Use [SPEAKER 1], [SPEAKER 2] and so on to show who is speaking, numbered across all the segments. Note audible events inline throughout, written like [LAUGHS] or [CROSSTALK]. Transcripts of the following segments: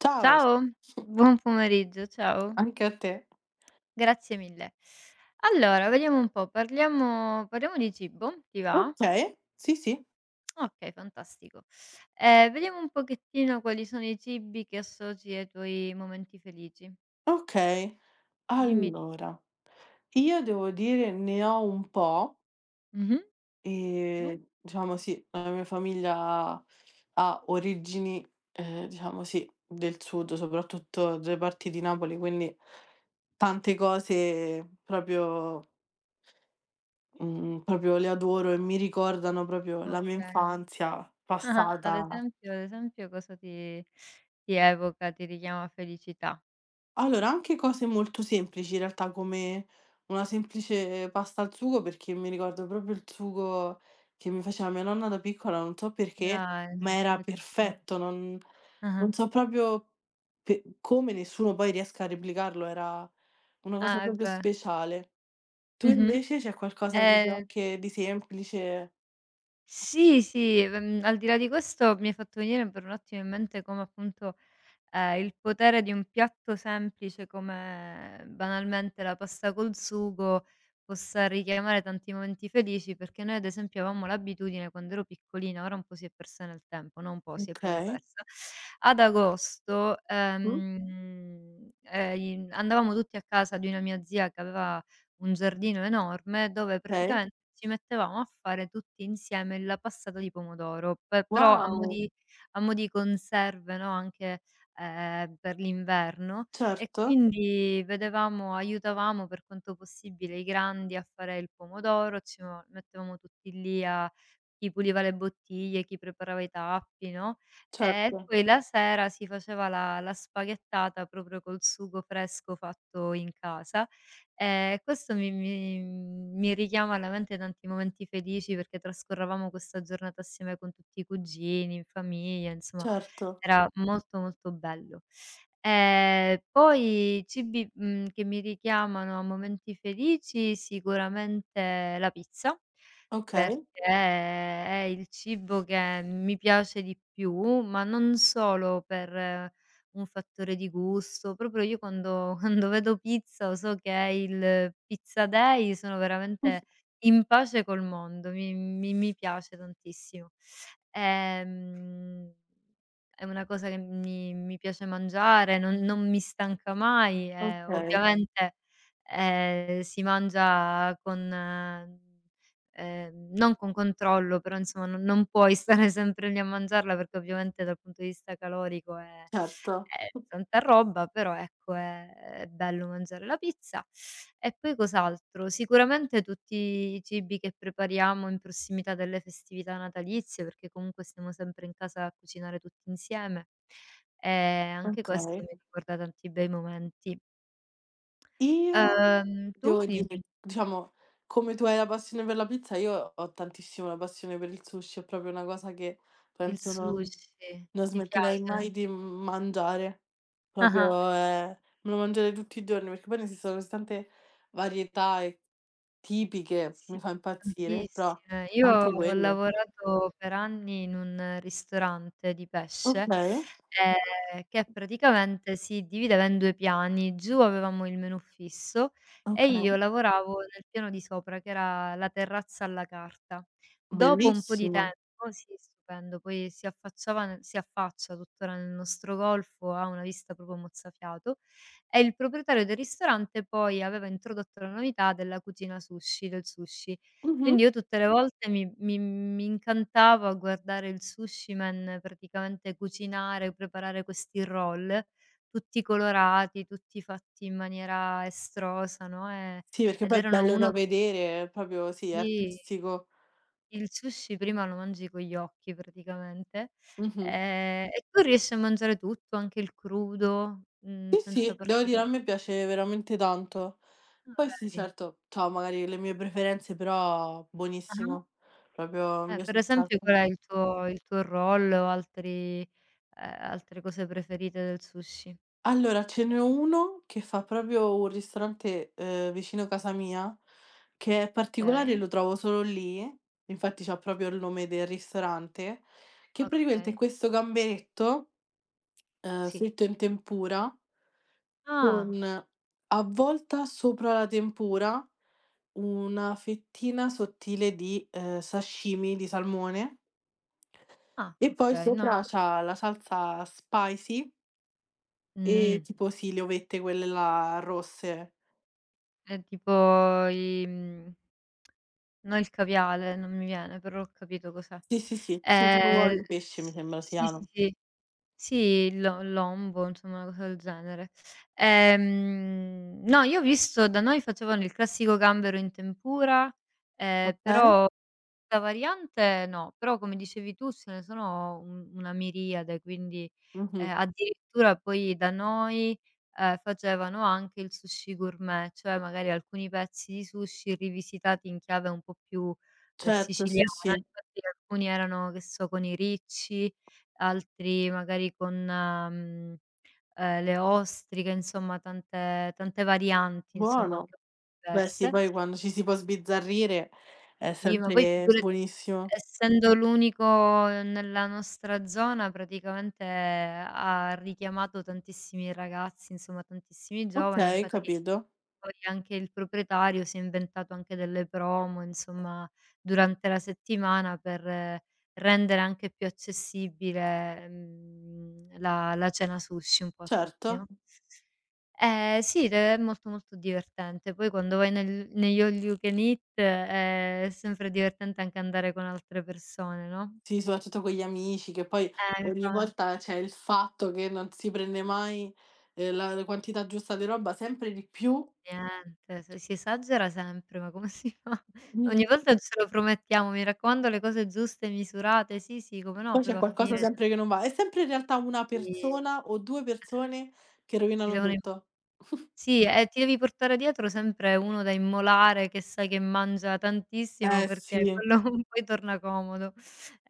[SPEAKER 1] Ciao,
[SPEAKER 2] Ciao, buon pomeriggio, ciao.
[SPEAKER 1] anche a te.
[SPEAKER 2] Grazie mille. Allora, vediamo un po', parliamo di cibo, ti va?
[SPEAKER 1] Okay, sì, sì,
[SPEAKER 2] Okay, fantastico. Vediamo un pochettino quali sono i cibi che associ ai tuoi momenti felici.
[SPEAKER 1] okay.
[SPEAKER 2] Dimmi tu.
[SPEAKER 1] Allora, io devo dire ne ho un po',
[SPEAKER 2] Mh-mh. Ottimo.
[SPEAKER 1] diciamo sì, la mia famiglia ha origini, diciamo sì, del sud, soprattutto delle parti di Napoli, quindi tante cose proprio mhmm, proprio le adoro e mi ricordano proprio la
[SPEAKER 2] Okay.
[SPEAKER 1] mia
[SPEAKER 2] [LAUGHS]
[SPEAKER 1] infanzia
[SPEAKER 2] Ah-ah. Ad
[SPEAKER 1] passata.
[SPEAKER 2] esempio ad esempio cosa ti evoca, ti richiama felicità?
[SPEAKER 1] Allora, anche cose molto semplici in realtà, come una semplice pasta al sugo, perché mi ricordo proprio il sugo che mi faceva mia nonna da piccola, non so perché,
[SPEAKER 2] Dai.
[SPEAKER 1] ma era
[SPEAKER 2] [LAUGHS] Mh.
[SPEAKER 1] perfetto, non
[SPEAKER 2] Ah-ah.
[SPEAKER 1] non so proprio pe come nessuno poi riesca a replicarlo, era una cosa
[SPEAKER 2] Ah, e
[SPEAKER 1] proprio
[SPEAKER 2] beh.
[SPEAKER 1] speciale. Tu
[SPEAKER 2] Mh-mh.
[SPEAKER 1] invece c'è qualcosa proprio
[SPEAKER 2] Ehm
[SPEAKER 1] anche di semplice?
[SPEAKER 2] Sì, sì, al di là di questo mi hai fatto venire per un attimo in mente come appunto, il potere di un piatto semplice come banalmente la pasta col sugo possa richiamare tanti momenti felici, perché noi ad esempio avevamo l'abitudine quando ero piccolina, ora un po' si è persa nel tempo, no un po', si è proprio
[SPEAKER 1] Okay,
[SPEAKER 2] persa, ad agosto,
[SPEAKER 1] mh,
[SPEAKER 2] i andavamo tutti a casa di una mia zia che aveva un giardino enorme dove
[SPEAKER 1] okay.
[SPEAKER 2] praticamente ci mettevamo a fare tutti insieme la passata di pomodoro, pe però a mo'
[SPEAKER 1] Wow!
[SPEAKER 2] di a mo' di conserve, no, anche, per l'inverno e
[SPEAKER 1] Certo,
[SPEAKER 2] quindi vedevamo aiutavamo per quanto possibile i grandi a fare il pomodoro, ci mo mettevamo tutti lì a chi puliva le bottiglie, chi preparava i tappi, no, e
[SPEAKER 1] certo,
[SPEAKER 2] poi la sera si faceva la spaghettata proprio col sugo fresco fatto in casa. Questo mi richiama alla mente tanti momenti felici, perché trascorrevamo questa giornata assieme con tutti i cugini, in famiglia, insomma
[SPEAKER 1] certo.
[SPEAKER 2] era molto, molto bello. Poi cibi, che mi richiamano a momenti felici, sicuramente la pizza,
[SPEAKER 1] Okay,
[SPEAKER 2] perché è il cibo che mi piace di più, ma non solo per un fattore di gusto. Proprio io quando [LAUGHS] quando vedo pizza so che è il pizza day, sono veramente
[SPEAKER 1] [LAUGHS]
[SPEAKER 2] in pace col mondo, mi piace tantissimo. Ehm, è una cosa che mi piace mangiare, non mi stanca mai e
[SPEAKER 1] okay.
[SPEAKER 2] ovviamente, si mangia con non con controllo, però insomma non puoi stare [LAUGHS] sempre lì a mangiarla perché ovviamente dal punto di vista calorico è
[SPEAKER 1] Certo,
[SPEAKER 2] tanta roba, però ecco è bello mangiare la pizza. E poi cos'altro? Sicuramente tutti i cibi che prepariamo in prossimità delle festività natalizie, perché comunque stiamo sempre in casa a cucinare tutti insieme. Anche questo
[SPEAKER 1] okay.
[SPEAKER 2] mi ricorda tanti bei momenti.
[SPEAKER 1] Io
[SPEAKER 2] Tu
[SPEAKER 1] devo
[SPEAKER 2] dimmi,
[SPEAKER 1] dire, diciamo, come tu hai la passione per la pizza, io ho tantissimo la passione per il sushi, è proprio una cosa che
[SPEAKER 2] il
[SPEAKER 1] penso non
[SPEAKER 2] sushi
[SPEAKER 1] non
[SPEAKER 2] ti
[SPEAKER 1] smetterei
[SPEAKER 2] piace? [LAUGHS]
[SPEAKER 1] mai di mangiare.
[SPEAKER 2] Ah-ah.
[SPEAKER 1] Proprio è, me lo mangerei tutti i giorni, perché poi ne esistono così tante varietà e tipiche,
[SPEAKER 2] Sì,
[SPEAKER 1] mi fa impazzire, però
[SPEAKER 2] tantissime. Io
[SPEAKER 1] anche
[SPEAKER 2] ho
[SPEAKER 1] quello.
[SPEAKER 2] lavorato per anni in un ristorante di pesce,
[SPEAKER 1] Okay,
[SPEAKER 2] che praticamente si divideva in 2 piani. Giù avevamo il menù fisso e
[SPEAKER 1] okay,
[SPEAKER 2] io lavoravo nel piano di sopra, che era la terrazza alla carta. Dopo un po' di
[SPEAKER 1] bellissimo.
[SPEAKER 2] tempo sì, stupendo, poi si affacciava ne si affaccia tuttora nel nostro golfo, ha una vista proprio mozzafiato. E il proprietario del ristorante poi aveva introdotto la novità della cucina sushi del sushi.
[SPEAKER 1] Mh-mh.
[SPEAKER 2] Quindi io tutte le volte mi incantavo a guardare il sushi man praticamente cucinare, preparare questi roll, tutti colorati, tutti fatti in maniera estrosa, no,
[SPEAKER 1] Sì, perché
[SPEAKER 2] ed
[SPEAKER 1] poi è
[SPEAKER 2] erano
[SPEAKER 1] bello da vedere, è proprio sì, è
[SPEAKER 2] sì,
[SPEAKER 1] artistico.
[SPEAKER 2] il sushi prima lo mangi con gli occhi praticamente,
[SPEAKER 1] Mh-mh.
[SPEAKER 2] e tu riesci a mangiare tutto, anche il crudo,
[SPEAKER 1] Sì,
[SPEAKER 2] senza
[SPEAKER 1] sì, devo dire a me piace veramente tanto. Poi
[SPEAKER 2] ah,
[SPEAKER 1] sì,
[SPEAKER 2] vedi?
[SPEAKER 1] certo, c'ho magari le mie preferenze, però
[SPEAKER 2] Ah-ah.
[SPEAKER 1] buonissimo. Proprio mi piace
[SPEAKER 2] Per
[SPEAKER 1] un
[SPEAKER 2] esempio
[SPEAKER 1] sacco.
[SPEAKER 2] qual è il tuo roll o altri altre cose preferite del sushi?
[SPEAKER 1] Allora, ce n'è uno che fa proprio un ristorante, vicino casa mia, che è particolare e
[SPEAKER 2] Okay,
[SPEAKER 1] lo trovo solo lì, infatti c'ha proprio il nome del ristorante, che praticamente è
[SPEAKER 2] okay,
[SPEAKER 1] questo gamberetto,
[SPEAKER 2] sì.
[SPEAKER 1] fritto in tempura,
[SPEAKER 2] Ah,
[SPEAKER 1] con avvolta sopra la tempura una fettina sottile di, sashimi di salmone,
[SPEAKER 2] ah,
[SPEAKER 1] e poi
[SPEAKER 2] okay, no
[SPEAKER 1] sopra c'ha la salsa spicy e
[SPEAKER 2] mh,
[SPEAKER 1] tipo sì, le ovette quelle là rosse.
[SPEAKER 2] è tipo no, il caviale, non mi viene, però ho capito cos'è.
[SPEAKER 1] Sì, sì, sì, sì, tipo uova
[SPEAKER 2] L
[SPEAKER 1] di pesce mi sembra
[SPEAKER 2] Sì, sì,
[SPEAKER 1] siano.
[SPEAKER 2] sì. Sì, l'Ombo, insomma una cosa del genere. No, io ho visto da noi facevano il classico gambero in tempura,
[SPEAKER 1] Okay.
[SPEAKER 2] però da variante no, però come dicevi tu ce ne sono un una miriade, quindi,
[SPEAKER 1] Mh-mh.
[SPEAKER 2] addirittura poi da noi, facevano anche il sushi gourmet, cioè magari alcuni pezzi di sushi rivisitati in chiave un po' più,
[SPEAKER 1] Certo, sì,
[SPEAKER 2] siciliana,
[SPEAKER 1] sì.
[SPEAKER 2] infatti alcuni erano, che so, con i ricci, altri magari con, le ostriche, insomma tante tante varianti, insomma
[SPEAKER 1] Buono.
[SPEAKER 2] anche
[SPEAKER 1] Beh sì,
[SPEAKER 2] diverse.
[SPEAKER 1] poi quando ci si può sbizzarrire è
[SPEAKER 2] Sì, ma poi
[SPEAKER 1] sempre
[SPEAKER 2] figurati,
[SPEAKER 1] buonissimo.
[SPEAKER 2] essendo l'unico nella nostra zona praticamente ha richiamato tantissimi ragazzi, insomma tantissimi giovani,
[SPEAKER 1] Okay,
[SPEAKER 2] infatti
[SPEAKER 1] capito.
[SPEAKER 2] poi anche il proprietario si è inventato anche delle promo, insomma, durante la settimana per rendere anche più accessibile, la cena sushi un po' a tutti,
[SPEAKER 1] Certo.
[SPEAKER 2] no? Eh sì, de è molto, molto divertente. Poi quando vai nel negli all you can eat è sempre divertente anche andare con altre persone, no?
[SPEAKER 1] Sì, soprattutto con gli amici, che poi ogni
[SPEAKER 2] Infa
[SPEAKER 1] volta c'è il fatto che non si prende mai, la quantità giusta di roba, sempre di più,
[SPEAKER 2] Niente, se si esagera sempre, ma come si fa? [LAUGHS]
[SPEAKER 1] mh,
[SPEAKER 2] Ogni volta ce lo promettiamo, mi raccomando le cose giuste, misurate, sì, sì, come no,
[SPEAKER 1] poi
[SPEAKER 2] poi
[SPEAKER 1] c'è
[SPEAKER 2] va a
[SPEAKER 1] qualcosa
[SPEAKER 2] finire sempre
[SPEAKER 1] sempre che non va. È sempre in realtà una
[SPEAKER 2] lì,
[SPEAKER 1] persona o 2 persone che
[SPEAKER 2] si
[SPEAKER 1] rovinano
[SPEAKER 2] devono im
[SPEAKER 1] tutto. [LAUGHS]
[SPEAKER 2] sì, e ti devi portare dietro sempre uno da immolare che sai che mangia tantissimo
[SPEAKER 1] Eh
[SPEAKER 2] perché
[SPEAKER 1] sì,
[SPEAKER 2] quello [LAUGHS] poi torna comodo,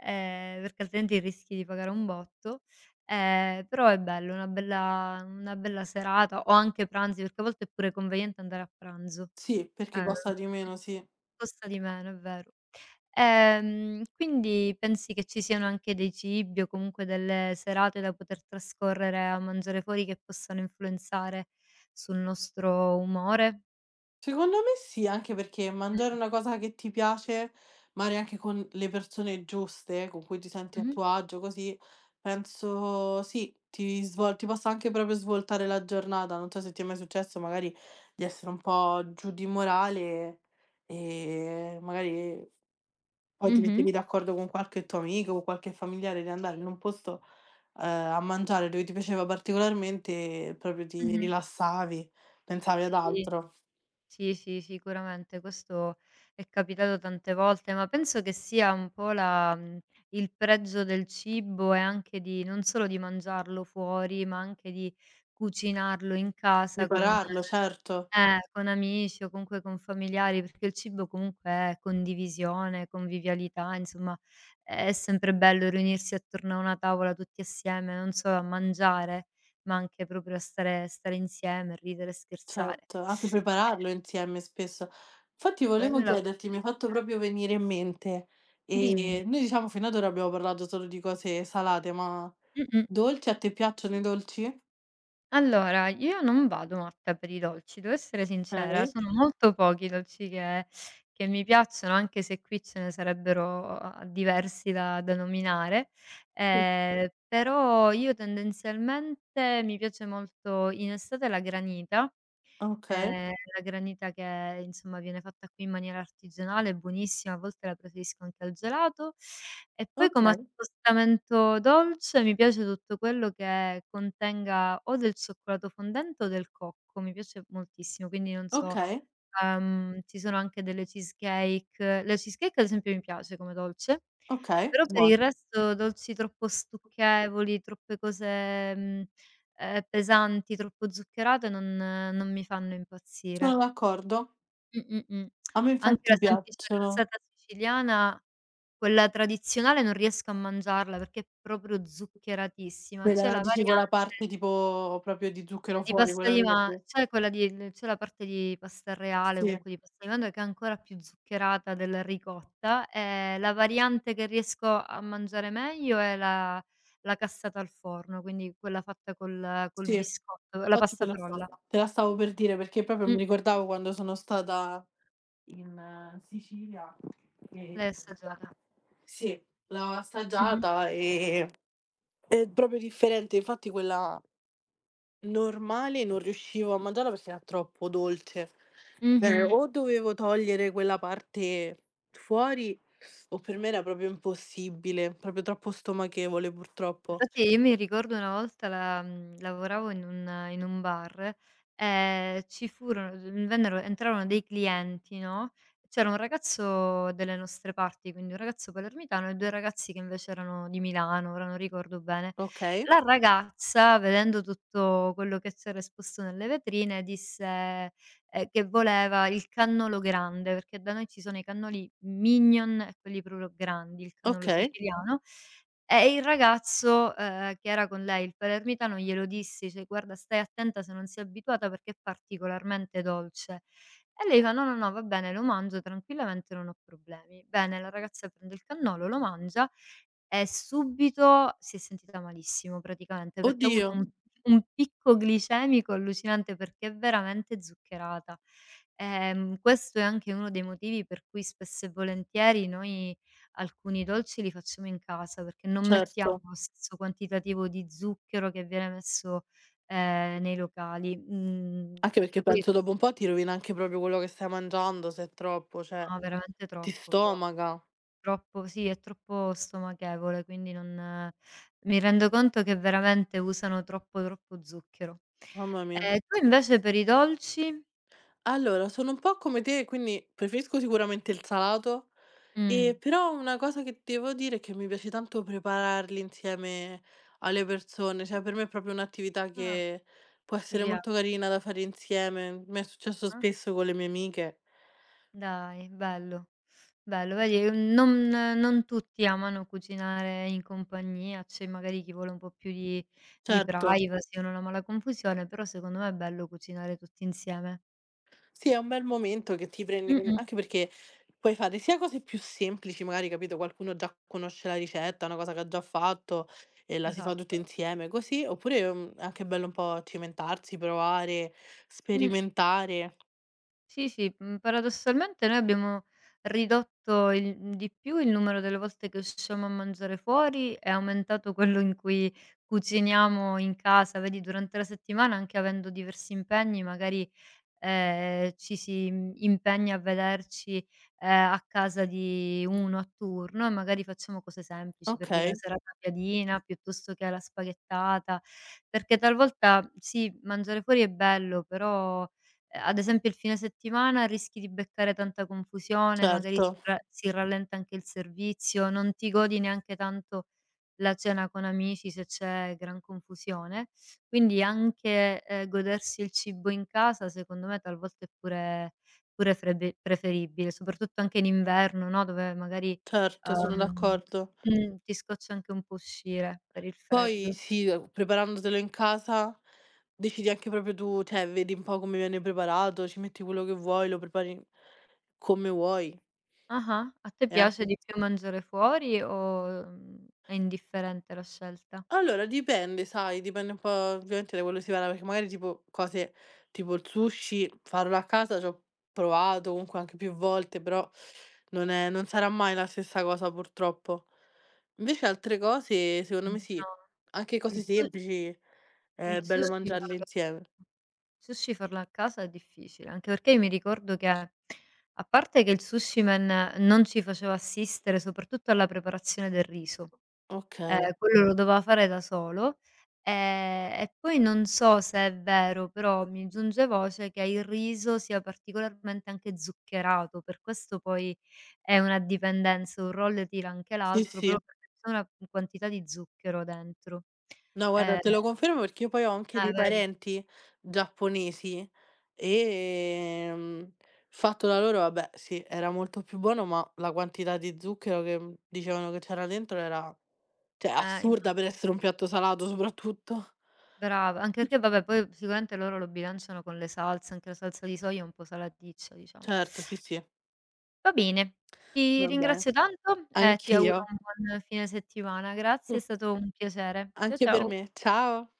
[SPEAKER 2] perché altrimenti rischi di pagare un botto. Però è bello, una bella serata o anche pranzi, perché a volte è pure conveniente andare a pranzo.
[SPEAKER 1] sì, perché
[SPEAKER 2] Ehm,
[SPEAKER 1] costa di meno, sì.
[SPEAKER 2] Costa di meno, è vero. Quindi pensi che ci siano anche dei cibi o comunque delle serate da poter trascorrere a mangiare fuori che possano influenzare sul nostro umore?
[SPEAKER 1] Secondo me sì, anche perché mangiare
[SPEAKER 2] Mh.
[SPEAKER 1] una cosa che ti piace, magari anche con le persone giuste, con cui ti senti a
[SPEAKER 2] Mh-mh.
[SPEAKER 1] tuo agio, così, penso sì, ti possa anche proprio svoltare la giornata. Non so se ti è mai successo magari di essere un po' giù di morale e magari poi ti
[SPEAKER 2] Mh-mh.
[SPEAKER 1] mettevi d'accordo con qualche tuo amico, o qualche familiare di andare
[SPEAKER 2] Sì.
[SPEAKER 1] in un posto, ehm, a mangiare dove ti piaceva particolarmente e proprio ti
[SPEAKER 2] Mh-mh.
[SPEAKER 1] rilassavi, pensavi ad
[SPEAKER 2] Sì,
[SPEAKER 1] altro.
[SPEAKER 2] sì, sì, sicuramente questo è capitato tante volte, ma penso che sia un po' il pregio del cibo e anche di non solo di mangiarlo fuori, ma anche di cucinarlo in casa con
[SPEAKER 1] Prepararlo, certo,
[SPEAKER 2] con amici o comunque con familiari, perché il cibo comunque è condivisione, convivialità, insomma è sempre bello riunirsi attorno a una tavola tutti assieme, non solo a mangiare, ma anche proprio a stare insieme, ridere e scherzare.
[SPEAKER 1] certo, anche prepararlo insieme spesso. Infatti
[SPEAKER 2] Quella
[SPEAKER 1] volevo
[SPEAKER 2] è la parte.
[SPEAKER 1] chiederti, mi hai fatto
[SPEAKER 2] diverten
[SPEAKER 1] proprio venire in mente,
[SPEAKER 2] dimmi.
[SPEAKER 1] noi diciamo fino ad ora abbiamo parlato solo di cose salate, ma
[SPEAKER 2] Mh-mh.
[SPEAKER 1] dolci, a te piacciono i dolci?
[SPEAKER 2] Allora, io non vado matta per i dolci, devo essere sincera,
[SPEAKER 1] Okay.
[SPEAKER 2] sono molto pochi i dolci che mi piacciono, anche se qui ce ne sarebbero a diversi da nominare.
[SPEAKER 1] Mh.
[SPEAKER 2] Però io tendenzialmente mi piace molto in estate la granita.
[SPEAKER 1] Okay,
[SPEAKER 2] La granita che insomma viene fatta qui in maniera artigianale è buonissima, a volte la preferisco anche al gelato. E poi come
[SPEAKER 1] okay,
[SPEAKER 2] accostamento dolce mi piace tutto quello che contenga o del cioccolato fondente o del cocco, mi piace moltissimo, quindi non so,
[SPEAKER 1] okay,
[SPEAKER 2] ci sono anche delle cheesecake. La cheesecake ad esempio mi piace come dolce,
[SPEAKER 1] okay,
[SPEAKER 2] però per il
[SPEAKER 1] buono.
[SPEAKER 2] resto dolci troppo stucchevoli, troppe cose, mhmm pesanti, troppo zuccherate non mi fanno impazzire.
[SPEAKER 1] Sono d'accordo.
[SPEAKER 2] Mh, mh, mh.
[SPEAKER 1] A me
[SPEAKER 2] Anche la
[SPEAKER 1] infatti
[SPEAKER 2] semplice
[SPEAKER 1] piacciono.
[SPEAKER 2] cassata siciliana, quella tradizionale non riesco a mangiarla perché è proprio zuccheratissima. C'è
[SPEAKER 1] Quella
[SPEAKER 2] la
[SPEAKER 1] dici con
[SPEAKER 2] varian
[SPEAKER 1] la parte tipo proprio di zucchero
[SPEAKER 2] di
[SPEAKER 1] fuori,
[SPEAKER 2] pasta
[SPEAKER 1] quella
[SPEAKER 2] di ma
[SPEAKER 1] verde?
[SPEAKER 2] c'è quella di l c'è la parte di pasta reale,
[SPEAKER 1] Sì.
[SPEAKER 2] comunque di pasta di mandorle che è ancora più zuccherata della ricotta, e la variante che riesco a mangiare meglio è la cassata al forno, quindi quella fatta col
[SPEAKER 1] Sì,
[SPEAKER 2] biscotto, la
[SPEAKER 1] infatti
[SPEAKER 2] pasta frolla.
[SPEAKER 1] te la stavo per dire perché proprio
[SPEAKER 2] Mh.
[SPEAKER 1] mi ricordavo quando sono stata in Sicilia e
[SPEAKER 2] L'hai assaggiata.
[SPEAKER 1] sì, l'ho
[SPEAKER 2] Mh-mh.
[SPEAKER 1] assaggiata e è proprio differente, infatti quella normale non riuscivo a mangiarla perché era troppo dolce. Cioè
[SPEAKER 2] Mh-mh.
[SPEAKER 1] o dovevo togliere quella parte fuori o per me era proprio impossibile, proprio troppo stomachevole purtroppo.
[SPEAKER 2] Infatti io mi ricordo una volta lavoravo in un bar, ci furono vennero entrarono dei clienti, no, c'era un ragazzo delle nostre parti, quindi un ragazzo palermitano e 2 ragazzi che invece erano di Milano, ora non ricordo bene.
[SPEAKER 1] Okay,
[SPEAKER 2] La ragazza, vedendo tutto quello che c'era esposto nelle vetrine, disse, che voleva il cannolo grande, perché da noi ci sono i cannoli mignon e quelli proprio grandi, il cannolo
[SPEAKER 1] okay.
[SPEAKER 2] siciliano. Il ragazzo, che era con lei, il palermitano, glielo dissi, cioè: "Guarda, stai attenta se non sei abituata perché è particolarmente dolce." E lei fa: "No, no, no, va bene, lo mangio tranquillamente, non ho problemi." Bene, la ragazza prende il cannolo, lo mangia e subito si è sentita malissimo praticamente, perché ha avuto
[SPEAKER 1] Oddio,
[SPEAKER 2] un picco glicemico allucinante, perché è veramente zuccherata. Questo è anche uno dei motivi per cui spesso e volentieri noi alcuni dolci li facciamo in casa, perché non mettiamo
[SPEAKER 1] certo.
[SPEAKER 2] lo stesso quantitativo di zucchero che viene messo, nei locali,
[SPEAKER 1] Anche
[SPEAKER 2] perché
[SPEAKER 1] perché
[SPEAKER 2] poi
[SPEAKER 1] penso dopo un po' ti rovina anche proprio quello che stai mangiando se è troppo, cioè
[SPEAKER 2] no, veramente
[SPEAKER 1] ti
[SPEAKER 2] troppo, troppo,
[SPEAKER 1] stomaca.
[SPEAKER 2] troppo sì, è troppo stomachevole, quindi non mi rendo conto che veramente usano troppo, troppo zucchero.
[SPEAKER 1] Mamma mia.
[SPEAKER 2] Tu invece per i dolci?
[SPEAKER 1] Allora, sono un po' come te, quindi preferisco sicuramente il salato,
[SPEAKER 2] Mh.
[SPEAKER 1] però una cosa che devo dire è che mi piace tanto prepararli insieme alle persone, cioè per me è proprio un'attività
[SPEAKER 2] Ah,
[SPEAKER 1] che può
[SPEAKER 2] ti
[SPEAKER 1] essere
[SPEAKER 2] piace,
[SPEAKER 1] molto carina da fare insieme. Mi è successo
[SPEAKER 2] ah.
[SPEAKER 1] spesso con le mie amiche.
[SPEAKER 2] Dai, bello. Bello, vedi, non tutti amano cucinare in compagnia, c'è magari chi vuole un po' più di
[SPEAKER 1] Certo.
[SPEAKER 2] privacy o non ama la confusione, però secondo me è bello cucinare tutti insieme.
[SPEAKER 1] Sì, è un bel momento che ti prendi con,
[SPEAKER 2] Mh-mh,
[SPEAKER 1] anche perché puoi fare sia cose più semplici, magari, capito, qualcuno già conosce la ricetta, una cosa che ha già fatto e la si fa tutte
[SPEAKER 2] esatto.
[SPEAKER 1] insieme così, oppure, è anche bello un po' cimentarsi, provare,
[SPEAKER 2] Mh.
[SPEAKER 1] sperimentare.
[SPEAKER 2] Sì, sì, paradossalmente noi abbiamo ridotto di più il numero delle volte che usciamo a mangiare fuori, è aumentato quello in cui cuciniamo in casa. Vedi, durante la settimana, anche avendo diversi impegni, magari, ci si, impegna a vederci, a casa di uno a turno e magari facciamo cose semplici, per dire la
[SPEAKER 1] Okay,
[SPEAKER 2] serata piadina piuttosto che la spaghettata, perché talvolta sì, mangiare fuori è bello, però ad esempio il fine settimana rischi di beccare tanta confusione, magari
[SPEAKER 1] certo,
[SPEAKER 2] si rallenta anche il servizio, non ti godi neanche tanto la cena con amici se c'è gran confusione. Quindi anche, godersi il cibo in casa secondo me talvolta è pure frebe preferibile, soprattutto anche in inverno, no, dove magari,
[SPEAKER 1] certo, sono
[SPEAKER 2] uhm
[SPEAKER 1] d'accordo.
[SPEAKER 2] ti scoccia anche un po' uscire per il
[SPEAKER 1] Poi
[SPEAKER 2] freddo.
[SPEAKER 1] sì, preparandotelo in casa decidi anche proprio tu, cioè vedi un po' come viene preparato, ci metti quello che vuoi, lo prepari come vuoi
[SPEAKER 2] Ah-ah. A te
[SPEAKER 1] e
[SPEAKER 2] piace
[SPEAKER 1] anche.
[SPEAKER 2] di più mangiare fuori o, è indifferente la scelta?
[SPEAKER 1] Allora dipende, sai, dipende un po' ovviamente da quello che si parla, perché magari tipo cose tipo il sushi, farlo a casa c'ho provato comunque anche più volte, però non sarà mai la stessa cosa purtroppo. Invece altre cose secondo
[SPEAKER 2] Mh.
[SPEAKER 1] me
[SPEAKER 2] No.
[SPEAKER 1] sì, anche cose
[SPEAKER 2] Il su
[SPEAKER 1] semplici
[SPEAKER 2] il
[SPEAKER 1] è bello, certo,
[SPEAKER 2] sushi
[SPEAKER 1] mangiarle
[SPEAKER 2] farlo
[SPEAKER 1] insieme.
[SPEAKER 2] Sushi farlo a casa è difficile, anche perché io mi ricordo che a parte che il sushi man non ci faceva assistere soprattutto alla preparazione del riso.
[SPEAKER 1] Okay,
[SPEAKER 2] Quello lo doveva fare da solo. E poi non so se è vero, però mi giunge voce che il riso sia particolarmente anche zuccherato, per questo poi è una dipendenza, un roll tira anche
[SPEAKER 1] sì,
[SPEAKER 2] l'altro,
[SPEAKER 1] sì.
[SPEAKER 2] proprio perché c'è una quantità di zucchero dentro.
[SPEAKER 1] No, guarda,
[SPEAKER 2] Ehm
[SPEAKER 1] te lo confermo perché io poi ho anche
[SPEAKER 2] eh
[SPEAKER 1] dei
[SPEAKER 2] vedi,
[SPEAKER 1] parenti giapponesi, ehm, fatto da loro, vabbè, sì, era molto più buono, ma la quantità di zucchero che, dicevano che c'era dentro era, cioè,
[SPEAKER 2] eh
[SPEAKER 1] assurda per
[SPEAKER 2] infatti,
[SPEAKER 1] essere un piatto salato soprattutto.
[SPEAKER 2] brava, anche perché
[SPEAKER 1] [LAUGHS]
[SPEAKER 2] vabbè poi sicuramente loro lo bilanciano con le salse, anche la salsa di soia è un po' salaticcia, diciamo.
[SPEAKER 1] Certo, sì, sì,
[SPEAKER 2] Va bene, ti
[SPEAKER 1] va bene.
[SPEAKER 2] ringrazio tanto e ti auguro
[SPEAKER 1] Anch'io.
[SPEAKER 2] un buon fine settimana. Grazie, è
[SPEAKER 1] [LAUGHS]
[SPEAKER 2] stato un piacere. Cia
[SPEAKER 1] Anche per
[SPEAKER 2] ciao.
[SPEAKER 1] me. Ciao.